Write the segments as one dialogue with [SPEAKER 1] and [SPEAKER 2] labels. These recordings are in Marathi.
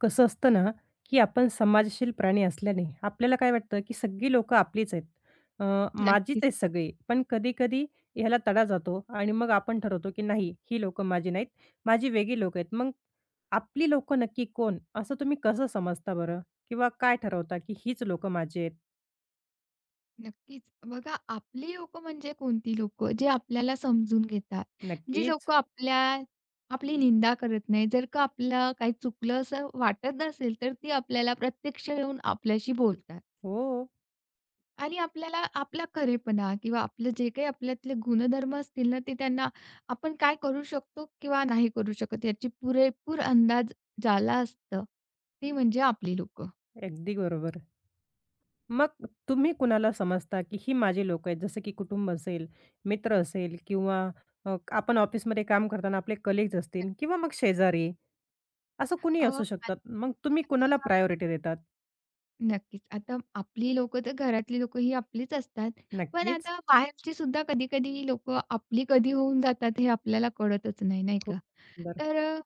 [SPEAKER 1] कसं असतं ना, की आपण समाजशील प्राणी असल्याने आपल्याला काय वाटतं, की सगळी लोक आपलीच आहेत. अ, माझीच
[SPEAKER 2] नक्कीच,
[SPEAKER 1] आहेत सगळी. पण कधी-कधी ह्याला तडा जातो आणि मग आपण ठरवतो, की नाही ही लोक माझी नाहीत, माझी वेगळी लोक आहेत. मग आपली लोक नक्की कोण? असं तुम्ही कसं समजता बरं? किंवा काय ठरवता, की हीच लोकं माझी आहेत?
[SPEAKER 2] नक्कीच. बघा आपली लोकं म्हणजे कोणती लोकं? जे आपल्याला समजून घेतात. जी
[SPEAKER 1] नक्कीच.
[SPEAKER 2] लोकं आपल्या आपली निंदा करत नाही. जर का आपल्याला काही चुकलं असं वाटत असेल, तर ती आपल्याला प्रत्यक्ष येऊन आपल्याशी बोलतात
[SPEAKER 1] हो,
[SPEAKER 2] आणि आपल्याला आपला खरेपणा किंवा आपलं जे काही आपल्यातले गुणधर्म असतील ना, ते त्यांना आपण काय करू शकतो किंवा नाही करू शकत याची पुरेपूर अंदाज ज्याला असतं, ती म्हणजे आपली लोकं.
[SPEAKER 1] अगदी बरोबर. मग तुम्ही कुणाला समजता, की ही माझी लोक आहेत? जसं की कुटुंब असेल, मित्र असेल किंवा आपण ऑफिसमध्ये काम करताना आपले कलीग्ज असतील किंवा मग शेजारी, असं कुणी
[SPEAKER 2] अ,
[SPEAKER 1] असू शकतात. मग तुम्ही कुणाला प्रायोरिटी देतात?
[SPEAKER 2] नक्कीच. आता आपली लोक तर घरातली लोक ही आपलीच असतात. पण
[SPEAKER 1] नक्कीच.
[SPEAKER 2] आता बाहेरची सुद्धा कधी-कधी लोक आपली कधी होऊन जातात हे आपल्याला कळतच नाही, नाही
[SPEAKER 1] खूप
[SPEAKER 2] का?
[SPEAKER 1] सुंदर.
[SPEAKER 2] तर अ,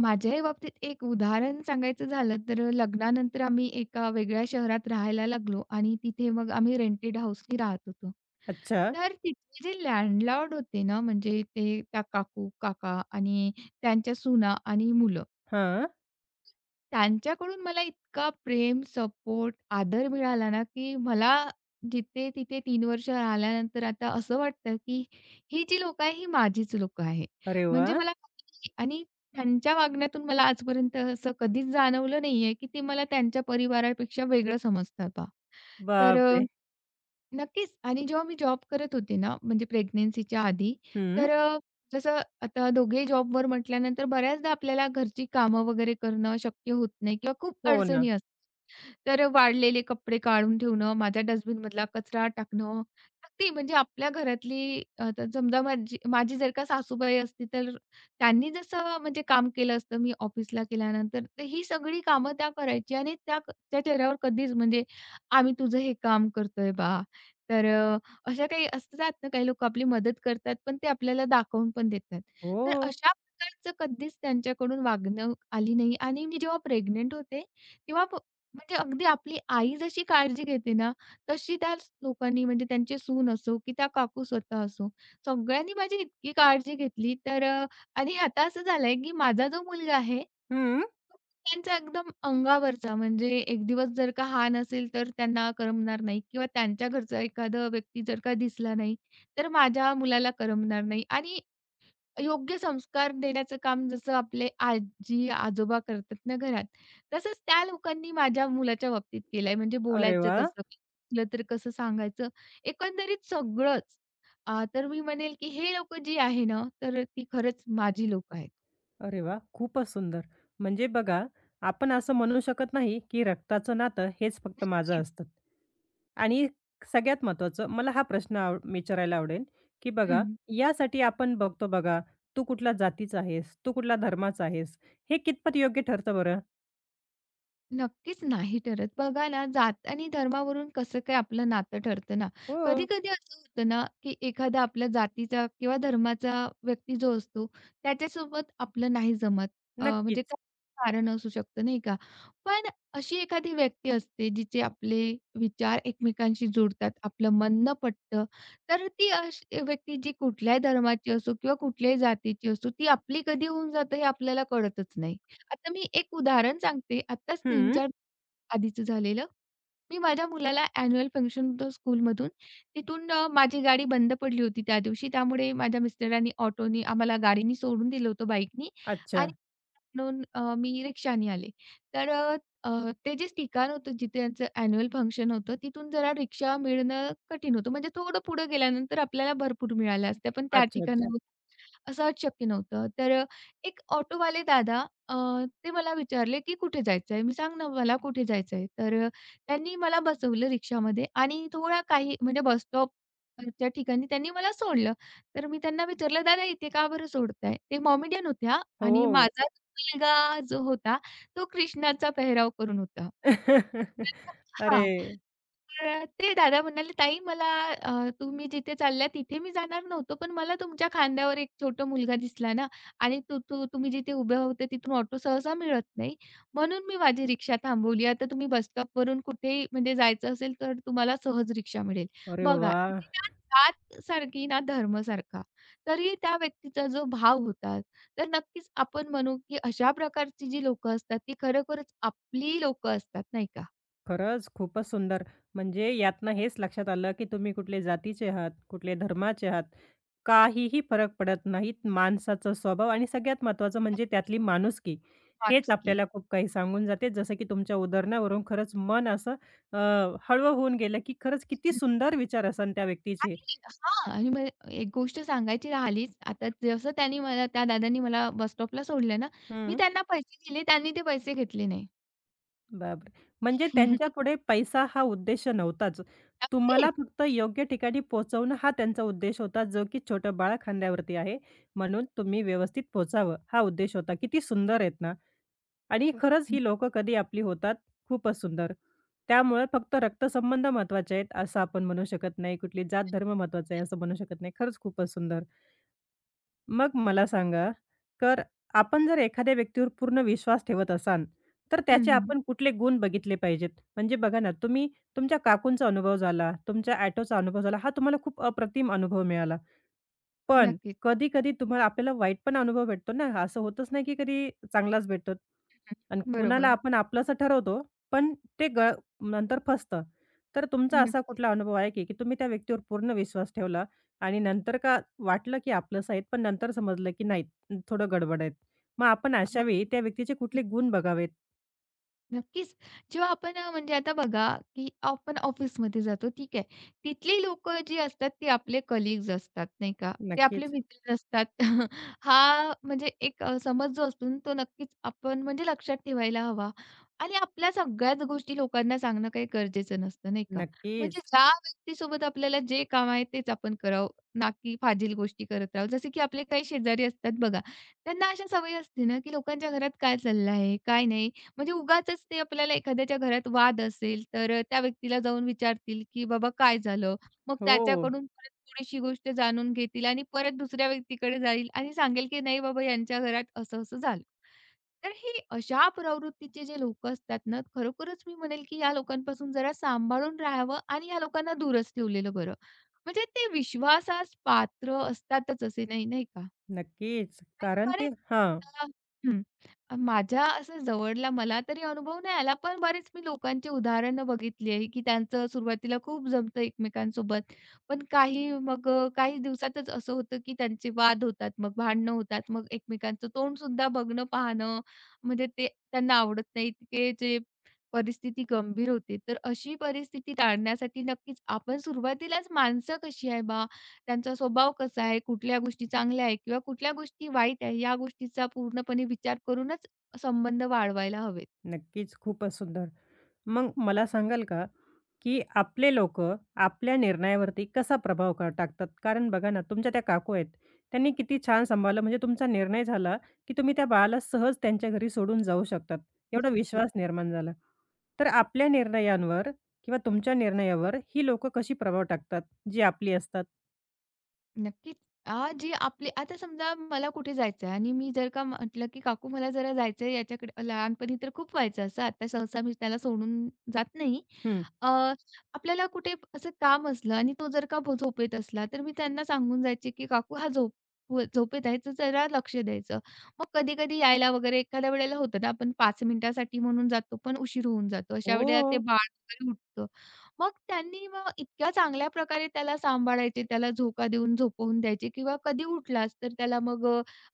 [SPEAKER 2] माझ्याही बाबतीत एक उदाहरण सांगायचं झालं तर लग्नानंतर आम्ही एका वेगळ्या शहरात राहायला लागलो आणि तिथे मग आम्ही रेंटेड हाउसनी राहत होतो.
[SPEAKER 1] अच्छा.
[SPEAKER 2] तर तिथले जे लँडलॉर्ड होते ना, म्हणजे ते त्या काकू, काका आणि त्यांच्या सुना आणि मुलं.
[SPEAKER 1] हां.
[SPEAKER 2] त्यांच्याकडून मला इतका प्रेम, सपोर्ट, आदर मिळाला ना, की मला जिथे तिथे 3 वर्ष राहिल्यानंतर आता असं वाटतं, की ही जी लोकं आहे, ही माझीच लोकं आहे.
[SPEAKER 1] अरे
[SPEAKER 2] म्हणजे
[SPEAKER 1] वाह!
[SPEAKER 2] मला कधी आणि त्यांच्या वागण्यातून मला आजपर्यंत असं कधीच जाणवलं नाहीये, की ते मला त्यांच्या परिवारापेक्षा वेगळं समजतात बा. तर अ
[SPEAKER 1] बापरे!
[SPEAKER 2] नक्कीच. आणि जेव्हा मी जॉब करत होते ना, म्हणजे प्रेग्नन्सीच्या आधी,
[SPEAKER 1] हं.
[SPEAKER 2] तर अ, जसं आता दोघेही जॉबवर म्हटल्यानंतर बऱ्याचदा आपल्याला घरची कामं वगैरे करणं शक्य होत नाही किंवा खूप
[SPEAKER 1] हो ना.
[SPEAKER 2] अडचणी असतात. वाळलेले कपडे काढून ठेवणं, माझ्या डस्टबिनमधला कचरा टाकणं, अगदी म्हणजे आपल्या घरातली तर समजा माझी माझी जर का सासूबाई असती, तर त्यांनी जसं म्हणजे काम केलं असतं मी ऑफिसला केल्यानंतर, तर ही सगळी कामं त्या करायची आणि त्या त्या चेहऱ्यावर कधीच म्हणजे, "आम्ही तुझं हे काम करतोय बा." तर अ, अशा काही असतात ना, काही लोकं आपली मदत करतात, पण ते आपल्याला दाखवून पण देतात.
[SPEAKER 1] हो.
[SPEAKER 2] तर अशा प्रकारचं कधीच त्यांच्याकडून वागणूक आली नाही आणि मी जेव्हा प्रेग्नंट होते, तेव्हा म्हणजे अगदी आपली आई जशी काळजी घेते ना, तशी त्या लोकांनी म्हणजे त्यांचे सून असो, की त्या काकू स्वतः असो, सगळ्यांनी माझी इतकी काळजी घेतली. आणि आता असं झालंय, की माझा जो मुलगा आहे,
[SPEAKER 1] हं.
[SPEAKER 2] त्यांचा एकदम अंगावरचा म्हणजे एक दिवस जर का हा नसेल, तर त्यांना करमणार नाही किंवा त्यांच्या घरचा एखादा व्यक्ती जर का दिसला नाही, तर माझ्या मुलाला करमणार नाही आणि योग्य संस्कार देण्याचं काम जसं आपले आजी-आजोबा करतात ना घरात, तसंच त्या लोकांनी माझ्या मुलाच्या बाबतीत केलंय. म्हणजे
[SPEAKER 1] अरे
[SPEAKER 2] बोलायचं
[SPEAKER 1] वाह!
[SPEAKER 2] कसं, चुकलं तर कसं सांगायचं, एकंदरीत सगळंच. तर मी म्हणेल की हे लोक जी आहे ना, तर ती खरंच माझी लोकं आहेत.
[SPEAKER 1] अरे वा, खूपच सुंदर. म्हणजे बघा, आपण असं म्हणू शकत नाही, की रक्ताचं नातं हेच फक्त
[SPEAKER 2] नक्कीच.
[SPEAKER 1] माझं असतं. आणि सगळ्यात महत्त्वाचं मला हा प्रश्न विचारायला आवडेल, की बघा,
[SPEAKER 2] हं.
[SPEAKER 1] यासाठी आपण बघतो बघा, तू कुठल्या जातीचा आहेस, तू कुठल्या धर्माचा आहेस, हे कितपत योग्य ठरतं बरं?
[SPEAKER 2] नक्कीच नाही ठरत. बघा ना, जात आणि धर्मावरून कसं काय आपलं नातं ठरतं ना.
[SPEAKER 1] हो,
[SPEAKER 2] कधी-कधी असं होतं ना, की एखादा आपल्या जातीचा किंवा धर्माचा व्यक्ती जो असतो, त्याच्यासोबत आपलं नाही जमत. म्हणजे
[SPEAKER 1] नक्कीच.
[SPEAKER 2] काही कारण असू शकतं नाही का? पण अशी एखादी व्यक्ती असते, जिचे आपले विचार एकमेकांशी जुळतात, आपलं मन न पटतं, तर ती अशी व्यक्ती जी कुठल्याही धर्माची असो किंवा कुठल्याही जातीची असो, ती आपली कधी होऊन जाते हे आपल्याला कळतच नाही. आता मी एक उदाहरण सांगते. आत्ताच तीन
[SPEAKER 1] हं.
[SPEAKER 2] चार आधीचं झालेलं. मी माझ्या मुलाला ॲन्युअल फंक्शन होतं स्कूलमधून. तिथून, माझी गाडी बंद पडली होती त्या दिवशी. त्यामुळे माझ्या मिस्टरांनी ऑटोनी आम्हाला गाडीनी सोडून दिलं होतं बाईकनी
[SPEAKER 1] अच्छा.
[SPEAKER 2] आणि म्हणून मी रिक्षानी आले. तर अ, ते जे ठिकाण होतं जिथे त्यांचं ॲन्युअल फंक्शन होतं, तिथून जरा रिक्षा मिळणं कठीण होतं. म्हणजे थोडं पुढे गेल्यानंतर आपल्याला भरपूर मिळाल्या असत्या, पण त्या
[SPEAKER 1] अच्छा, अच्छा.
[SPEAKER 2] ठिकाणावर असं शक्य नव्हतं. एक ऑटोवाले दादा, ते मला विचारले, की "कुठे जायचं आहे?" मी "सांग ना मला कुठे जायचं आहे?" तर त्यांनी मला बसवलं रिक्षामध्ये आणि थोडा काही म्हणजे बस स्टॉपच्या ठिकाणी त्यांनी मला सोडलं. तर मी त्यांना विचारलं, "दादा इथे का बरं सोडताय?" ते मॉमेडियन होत्या आणि
[SPEAKER 1] हो.
[SPEAKER 2] माझाच मुलगा जो होता तो कृष्णाचा पेहराव करून होता. हां.
[SPEAKER 1] अरे,
[SPEAKER 2] तर ते दादा म्हणाले, "ताई मला, तुम्ही जिथे चालल्या तिथे मी जाणार नव्हतो, पण मला तुमच्या खांद्यावर एक छोटा मुलगा दिसला ना आणि तू तू तुम्ही जिथे उभे होते तिथून ऑटो सहसा मिळत नाही, म्हणून मी माझी रिक्षा थांबवली. आता तुम्ही बस स्टॉपवरून कुठेही म्हणजे जायचं असेल तर तुम्हाला सहज रिक्षा मिळेल."
[SPEAKER 1] अरे
[SPEAKER 2] बघा
[SPEAKER 1] वाह!
[SPEAKER 2] इथे ना जात सारखी ना धर्म सारखा. तरी त्या व्यक्तीचा जो भाव होता, तर नक्कीच आपण म्हणू की अशा प्रकारची जी लोकं असतात ती खरोखरच आपली लोकं असतात, नाही का?
[SPEAKER 1] खरंच खूपच सुंदर. म्हणजे यातनं हेच लक्षात आलं, की तुम्ही कुठले जातीचे आहात, कुठले धर्माचे आहात, काहीही फरक पडत नाहीत. माणसाचा स्वभाव आणि सगळ्यात महत्त्वाचं म्हणजे त्यातली माणुसकी. हेच
[SPEAKER 2] माणुसकी.
[SPEAKER 1] आपल्याला खूप काही सांगून जाते. जसं की तुमच्या उदाहरणावरून खरंच मन असं अ, हळवं होऊन गेलं, की खरंच किती सुंदर विचार असन त्या व्यक्तीचे.
[SPEAKER 2] आणि हां, आणि मग एक गोष्ट सांगायची राहिलीच. आता जसं त्यांनी मला त्या दादांनी मला बस स्टॉपला सोडलं ना, मी
[SPEAKER 1] हं.
[SPEAKER 2] त्यांना पैसे दिले, त्यांनी ते पैसे घेतले नाही.
[SPEAKER 1] बापरे! म्हणजे त्यांच्यापुढे पैसा हा उद्देश नव्हताच. तुम्हाला
[SPEAKER 2] नक्कीच.
[SPEAKER 1] फक्त योग्य ठिकाणी पोहोचवणं हा त्यांचा उद्देश होता, जो की छोटं बाळ खांद्यावरती आहे, म्हणून तुम्ही व्यवस्थित पोहोचावं हा उद्देश होता. किती सुंदर आहेत ना आणि खरंच ही
[SPEAKER 2] नक्कीच.
[SPEAKER 1] लोकं कधी आपली होतात, खूपच सुंदर. त्यामुळे फक्त रक्तसंबंध महत्त्वाचे आहेत असं आपण म्हणू शकत नाही. कुठली जात धर्म महत्त्वाचा आहे असं म्हणू शकत नाही. खरंच खूपच सुंदर. मग मला सांगा, तर आपण जर एखाद्या व्यक्तीवर पूर्ण विश्वास ठेवत असाल, तर
[SPEAKER 2] हं,
[SPEAKER 1] त्याचे
[SPEAKER 2] हं.
[SPEAKER 1] आपण कुठले गुण बघितले पाहिजेत? म्हणजे बघा ना, तुम्ही तुमच्या काकूंचा अनुभव झाला, तुमच्या ऑटोचा अनुभव झाला, हा तुम्हाला खूप अप्रतिम अनुभव मिळाला. पण
[SPEAKER 2] नक्कीच.
[SPEAKER 1] कधी-कधी तुम्हाला आपल्याला वाईट पण अनुभव भेटतो ना, असं होतच नाही की कधी चांगलाच भेटतो. आणि कुणाला
[SPEAKER 2] बरोबर.
[SPEAKER 1] आपण आपलंसं ठरवतो, पण ते ग नंतर फसतं. तर तुमचा असा
[SPEAKER 2] नक्क
[SPEAKER 1] कुठला अनुभव आहे की तुम्ही त्या व्यक्तीवर पूर्ण विश्वास ठेवला आणि नंतर का वाटलं की आपलंसं आहेत, पण नंतर समजलं की नाही, थोडं गडबड आहेत. मग आपण अशावेळी त्या व्यक्तीचे कुठले गुण बघावेत?
[SPEAKER 2] नक्कीच. जेव्हा आपण, म्हणजे आता बघा, की आपण ऑफिसमध्ये जातो, ठीक आहे. तिथली लोकं जी असतात ती आपले कलीग्ज असतात, नाही का. ते आपले
[SPEAKER 1] नक्कीच,
[SPEAKER 2] मित्र नसतात. हा म्हणजे एक, समज जो असतो ना, तो नक्कीच आपण म्हणजे लक्षात ठेवायला हवा. आणि आपल्या सगळ्याच गोष्टी लोकांना सांगणं काही गरजेचं नसतं, नाही का. म्हणजे
[SPEAKER 1] नक्कीच.
[SPEAKER 2] ज्या व्यक्तीसोबत आपल्याला जे काम आहे तेच आपण करावं, ना की फाजील गोष्टी करत राहावं. जसे की आपले काही शेजारी असतात बघा, त्यांना अशा सवयी असते ना, की लोकांच्या घरात काय चाललं आहे, काय नाही? म्हणजे उगाचच ते आपल्याला एखाद्याच्या घरात वाद असेल, तर त्या व्यक्तीला जाऊन विचारतील, की "बाबा काय झालं?" मग
[SPEAKER 1] हो,
[SPEAKER 2] त्याच्याकडून परत थोडीशी गोष्ट जाणून घेतील आणि परत दुसऱ्या व्यक्तीकडे जाईल आणि सांगेल, की "नाही बाबा यांच्या घरात असं-असं झालं." तर हे अशा प्रवृत्तीचे जे लोकं असतात ना, खरोखरच मी म्हणेल, की या लोकांपासून जरा सांभाळून राहावं आणि या लोकांना दूरच ठेवलेलं बरं. म्हणजे ते विश्वासास पात्र असतातच असे नाही, नाही का?
[SPEAKER 1] नक्कीच.
[SPEAKER 2] आणि
[SPEAKER 1] कारण ते
[SPEAKER 2] बरेच
[SPEAKER 1] हां,
[SPEAKER 2] अ, हं. माझ्या असं जवळला मला तरी अनुभव नाही आला, पण बरेच मी लोकांची उदाहरणं बघितली आहे, की त्यांचं सुरुवातीला खूप जमतं एकमेकांसोबत. पण काही मग, काही दिवसातच असं होतं, की त्यांचे वाद होतात, मग भांडणं होतात, मग एकमेकांचं तोंडसुद्धा बघणं, पाहणं म्हणजे ते त्यांना आवडत नाही, ते जे परिस्थिती गंभीर होते. तर अशी परिस्थिती टाळण्यासाठी नक्कीच आपण सुरुवातीलाच माणसं कशी आहे बा त्यांचा स्वभाव कसा आहे, कुठल्या गोष्टी चांगल्या आहे किंवा कुठल्या गोष्टी वाईट आहे, या गोष्टीचा पूर्णपणे विचार करूनच संबंध वाढवायला हवेत.
[SPEAKER 1] नक्कीच. खूपच सुंदर. मग मला सांगाल का की आपले लोक, आपल्या निर्णयावरती कसा प्रभाव का टाकतात? कारण बघा ना, तुमच्या त्या काकू आहेत, त्यांनी किती छान सांभाळलं. म्हणजे तुमचा निर्णय झाला, की तुम्ही त्या बाळाला सहज त्यांच्या घरी सोडून जाऊ शकतात. एवढा
[SPEAKER 2] नक्कीच.
[SPEAKER 1] विश्वास निर्माण झाला. तर आपल्या निर्णयांवर किंवा तुमच्या निर्णयावर ही लोकं कशी प्रभाव टाकतात, जी आपली असतात?
[SPEAKER 2] नक्कीच. जी आपली आता समजा मला कुठे जायचं आहे आणि मी जर का म्हटलं, की "काकू मला जरा जायचं आहे याच्याकडे" लहानपणी तर खूप व्हायचं असं, आता सहसा मी त्याला सोडून जात नाही.
[SPEAKER 1] हं.
[SPEAKER 2] अ, आपल्याला कुठे असं काम असलं आणि तो जर का झोपेत असला, तर मी त्यांना सांगून जायचे, की "काकू हा झोपेत आहे, तर जरा लक्ष द्यायचं." मग कधी-कधी यायला वगैरे एखाद्या वेळेला होतं ना, आपण 5 मिनिटासाठी म्हणून जातो, पण उशीर होऊन जातो. अशा वेळेला ते
[SPEAKER 1] हो.
[SPEAKER 2] बाळ वगैरे उठतं. मग त्यांनी मग इतक्या चांगल्या प्रकारे त्याला सांभाळायचे, त्याला झोका देऊन झोपवून द्यायचे किंवा कधी उठलाच तर त्याला मग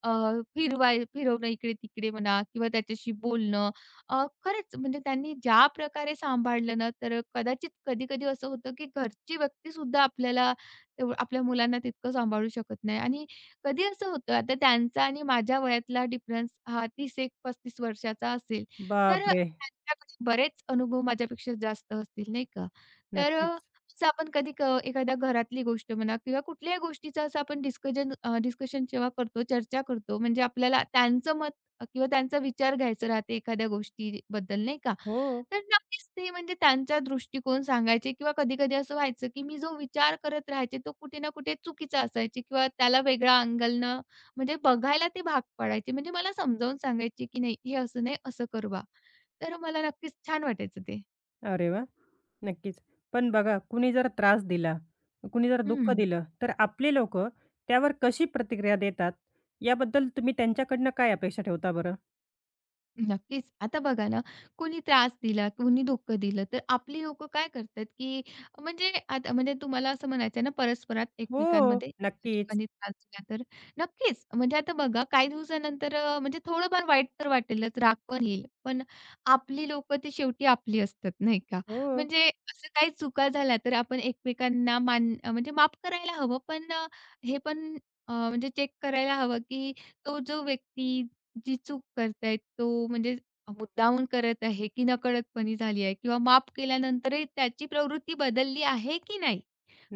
[SPEAKER 2] अ, फिरवाय फिरवणं इकडे-तिकडे म्हणा किंवा त्याच्याशी बोलणं, खरंच म्हणजे त्यांनी ज्या प्रकारे सांभाळलं ना, तर कदाचित कधी-कधी असं होतं, की घरची व्यक्तीसुद्धा आपल्याला आपल्या मुलांना तितकं सांभाळू शकत नाही आणि कधी असं होतं, आता त्यांचा आणि माझ्या वयातला डिफरन्स हा 30 एक 35 वर्षाचा असेल,
[SPEAKER 1] बापरे!
[SPEAKER 2] त्यांच्याकडे बरेच अनुभव माझ्यापेक्षा जास्त असतील, नाही का? तर अ,
[SPEAKER 1] नक्कीच.
[SPEAKER 2] असं आपण कधी एखाद्या घरातली गोष्ट म्हणा किंवा कुठल्याही गोष्टीचं असं आपण डिस्कशन जेव्हा करतो, चर्चा करतो, म्हणजे आपल्याला त्यांचं मत किंवा त्यांचा विचार घ्यायचा राहते एखाद्या गोष्टीबद्दल नाही का.
[SPEAKER 1] हो.
[SPEAKER 2] तर नक्कीच ते म्हणजे त्यांचा दृष्टिकोन सांगायचे किंवा कधी-कधी असं व्हायचं, की मी जो विचार करत राहायचे तो कुठे ना कुठे चुकीचा असायची किंवा त्याला वेगळ्या अँगलनं म्हणजे बघायला ते भाग पाडायचे. म्हणजे मला समजावून सांगायचे, की "नाही, हे असं नाही, असं कर तर मला नक्कीच छान वाटायचं ते.
[SPEAKER 1] अरे वाह! नक्कीच. पण बघा कुणी जर त्रास दिला, कुणी जर दुःख
[SPEAKER 2] हं.
[SPEAKER 1] दिलं, तर आपली लोक, त्यावर कशी प्रतिक्रिया देतात, याबद्दल तुम्ही त्यांच्याकडनं काय अपेक्षा ठेवता बरं?
[SPEAKER 2] नक्कीच. आता बघा ना, कोणी त्रास दिला, कोणी धोकं दिलं, तर आपली लोकं काय करतात, की म्हणजे आता म्हणजे तुम्हाला असं म्हणायचं आहे ना, परस्परात
[SPEAKER 1] हो,
[SPEAKER 2] एकमेकांमध्ये
[SPEAKER 1] नक्कीच.
[SPEAKER 2] लोकांनी त्रास दिला तर? नक्कीच. म्हणजे आता बघा, काही दिवसानंतर, म्हणजे थोडंफार वाईट तर वाटेलच, राग पण येईल. पण आपली लोकं ती शेवटी आपली असतात, नाही का?
[SPEAKER 1] हो,
[SPEAKER 2] म्हणजे असं काही चुका झाल्या तर आपण एकमेकांना म्हणजे माफ करायला हवं. पण अ, हे पण अ, म्हणजे चेक करायला हवं, की तो जो व्यक्ती जी चूक करतायत तो म्हणजे मुद्दामून करत आहे, की नकळतपणे झाली आहे किंवा माफ केल्यानंतरही त्याची प्रवृत्ती बदलली आहे की नाही?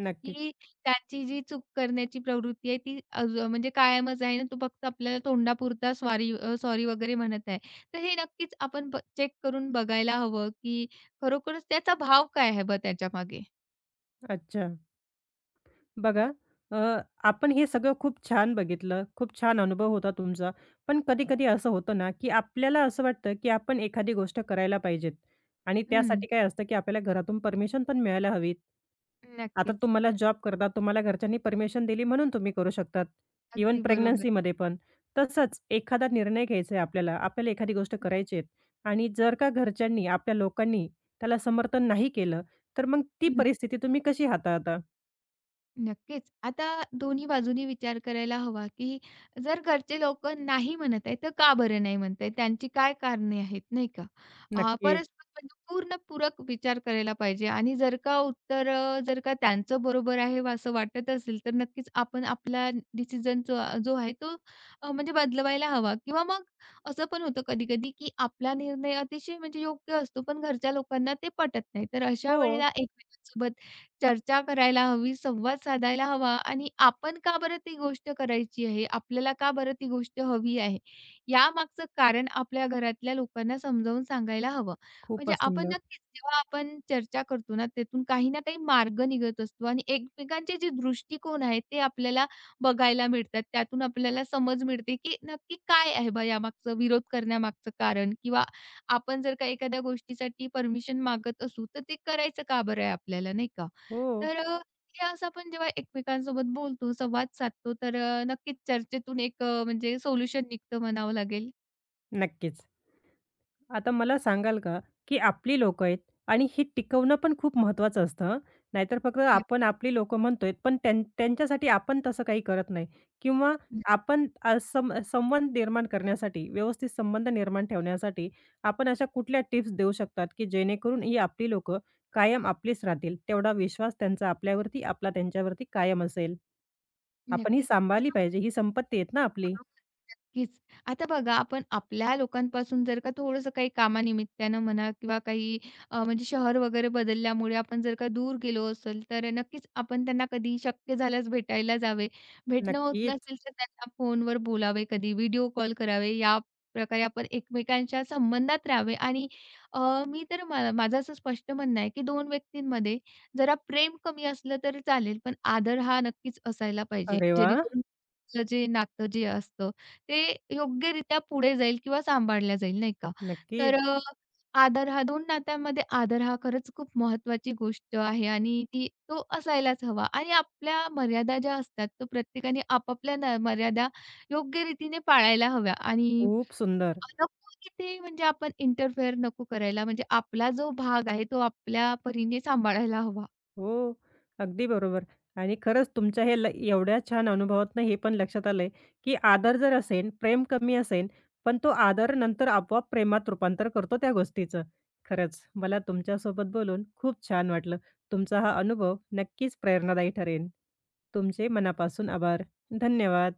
[SPEAKER 1] नक्कीच.
[SPEAKER 2] की त्याची जी चूक करण्याची प्रवृत्ती आहे ती म्हणजे कायमच आहे ना, तो फक्त आपल्याला तोंडापुरता सॉरी वगैरे म्हणत आहे. तर हे नक्कीच आपण चेक करून बघायला हवं, की खरोखरच त्याचा भाव काय आहे बा त्याच्यामागे?
[SPEAKER 1] अच्छा. बघा, अ, आपण हे सगळं खूप छान बघितलं, खूप छान अनुभव होता तुमचा. पण कधी-कधी असं होतं ना, की आपल्याला असं वाटतं, की आपण एखादी गोष्ट करायला पाहिजेत आणि
[SPEAKER 2] हं,
[SPEAKER 1] त्यासाठी काय असतं, की आपल्याला घरातून परमिशन पण मिळायला हवी. आता
[SPEAKER 2] नक्कीच.
[SPEAKER 1] तुम्हाला जॉब करता, तुम्हाला घरच्यांनी परमिशन दिली म्हणून तुम्ही करू शकतात. इव्हन
[SPEAKER 2] अगदी बरोबर.
[SPEAKER 1] प्रेग्नन्सीमध्ये पण. तसंच एखादा निर्णय घ्यायचा आहे आपल्याला, आपल्याला एखादी गोष्ट करायची आहे आणि जर का घरच्यांनी, आपल्या लोकांनी त्याला समर्थन नाही केलं, तर मग ती परिस्थिती तुम्ही कशी हाताळता?
[SPEAKER 2] नक्कीच. आता दोन्ही बाजूनी विचार करायला हवा, की जर घरचे लोकं नाही म्हणत आहेत, तर का बरं नाही म्हणत आहेत? त्यांची काय कारणे आहेत, नाही का?
[SPEAKER 1] नक्कीच.
[SPEAKER 2] परस्पर म्हणजे पूर्ण पूरक विचार करायला पाहिजे आणि जर का त्यांचं बरोबर आहे व असं वाटत असेल, तर नक्कीच आपण आपला डिसिजन जो जो आहे तो म्हणजे बदलवायला हवा किंवा मग असं पण होतं कधी-कधी, की आपला निर्णय अतिशय म्हणजे योग्य असतो, पण घरच्या लोकांना ते पटत नाही. तर अशा
[SPEAKER 1] हो.
[SPEAKER 2] वेळेला एकमेकांसोबत चर्चा करायला हवी, संवाद साधायला हवा आणि आपण का बरं ती गोष्ट करायची आहे? आपल्याला का बरं ती गोष्ट हवी आहे? यामागचं कारण आपल्या घरातल्या लोकांना समजावून सांगायला हवं. म्हणजे
[SPEAKER 1] खूपच
[SPEAKER 2] आपण
[SPEAKER 1] सुंदर.
[SPEAKER 2] नक्कीच जेव्हा आपण चर्चा करतो ना, त्यातून काही ना काही मार्ग निघत असतो आणि एकमेकांचे जे दृष्टिकोन आहेत, ते आपल्याला बघायला मिळतात. त्यातून आपल्याला समज मिळते, की नक्की काय आहे बा यामागचं विरोध करण्यामागचं कारण? किंवा आपण जर का एखाद्या गोष्टीसाठी परमिशन मागत असू, तर ते करायचं का बरं आहे आपल्याला, नाही का?
[SPEAKER 1] हो,
[SPEAKER 2] तर अ, हे असं आपण जेव्हा एकमेकांसोबत बोलतो, संवाद साधतो, तर नक्कीच चर्चेतून एक, म्हणजे सोल्युशन निघतं म्हणावं लागेल.
[SPEAKER 1] नक्कीच. आता मला सांगाल का, की आपली लोक आहेत आणि ही टिकवणं पण खूप महत्त्वाचं असतं हं. नाहीतर फक्त आपण
[SPEAKER 2] नक्की,
[SPEAKER 1] आपली लोक म्हणतोय, पण त्यांच्यासाठी आपण तसं काही करत नाही किंवा आपण अ, सं संबंध निर्माण करण्यासाठी, व्यवस्थित संबंध निर्माण ठेवण्यासाठी आपण अशा कुठल्या टिप्स देऊ शकतात, की जेणेकरून ही आपली लोकं कायम आपलीच राहतील. तेवढा विश्वास त्यांचा आपल्यावरती, आपला त्यांच्यावरती कायम असेल. आपण ही
[SPEAKER 2] नक्कीच.
[SPEAKER 1] सांभाळली पाहिजे. ही संपत्ती आहेत ना आपली.
[SPEAKER 2] नक्कीच. आता बघा, आपण आपल्या लोकांपासून जर का थोडंसं काही कामानिमित्तानं म्हणा किंवा काही, म्हणजे शहर वगैरे बदलल्यामुळे आपण जर का दूर गेलो असेल, तर नक्कीच आपण त्यांना कधी शक्य झाल्यास भेटायला जावे. भेटणं होत
[SPEAKER 1] नक्कीच.
[SPEAKER 2] नसेल, तर त्यांना फोनवर बोलावे, कधी व्हिडिओ कॉल करावे. या प्रकारे आपण एकमेकांच्या संबंधात राहावे आणि अ, मी तर माझं असं स्पष्ट म्हणणं आहे, की 2 व्यक्तींमध्ये जरा प्रेम कमी असलं तरी चालेल, पण आदर हा नक्कीच असायला पाहिजे.
[SPEAKER 1] अरे वाह!
[SPEAKER 2] जेणेकरून आपलं जे नातं असतं, ते योग्यरित्या पुढे जाईल किंवा सांभाळलं जाईल, नाही का?
[SPEAKER 1] नक्कीच.
[SPEAKER 2] तर अ, आदर हा 2 नात्यांमध्ये आदर हा खरंच खूप महत्त्वाची गोष्ट आहे आणि तो असायलाच हवा आणि आपल्या मर्यादा ज्या असतात, तो प्रत्येकाने आपापल्या मर्यादा योग्य रीतीने पाळायला हव्या आणि
[SPEAKER 1] खूप सुंदर.
[SPEAKER 2] नको तिथे म्हणजे आपण इंटरफेअर नको करायला. म्हणजे आपला जो भाग आहे, तो आपल्या परीने सांभाळायला हवा.
[SPEAKER 1] हो, अगदी बरोबर. आणि खरंच तुमच्या हे एवढ्या छान अनुभवातनं हे पण लक्षात आलंय, की आदर जर असेन, प्रेम कमी असेन, पण तो आदर नंतर आपोआप प्रेमात रूपांतर करतो त्या गोष्टीचं. खरंच मला तुमच्यासोबत बोलून खूप छान वाटलं. तुमचा हा अनुभव नक्कीच प्रेरणादायी ठरेल. तुमचे मनापासून आभार. धन्यवाद.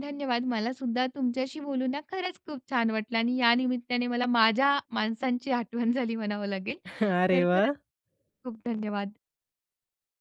[SPEAKER 2] धन्यवाद. मला सुद्धा तुमच्याशी बोलून ना खरंच खूप छान वाटलं आणि या निमित्ताने मला माझ्या माणसांची आठवण झाली म्हणावं लागेल.
[SPEAKER 1] अरे
[SPEAKER 2] तर
[SPEAKER 1] वाह!
[SPEAKER 2] खरंच खूप धन्यवाद.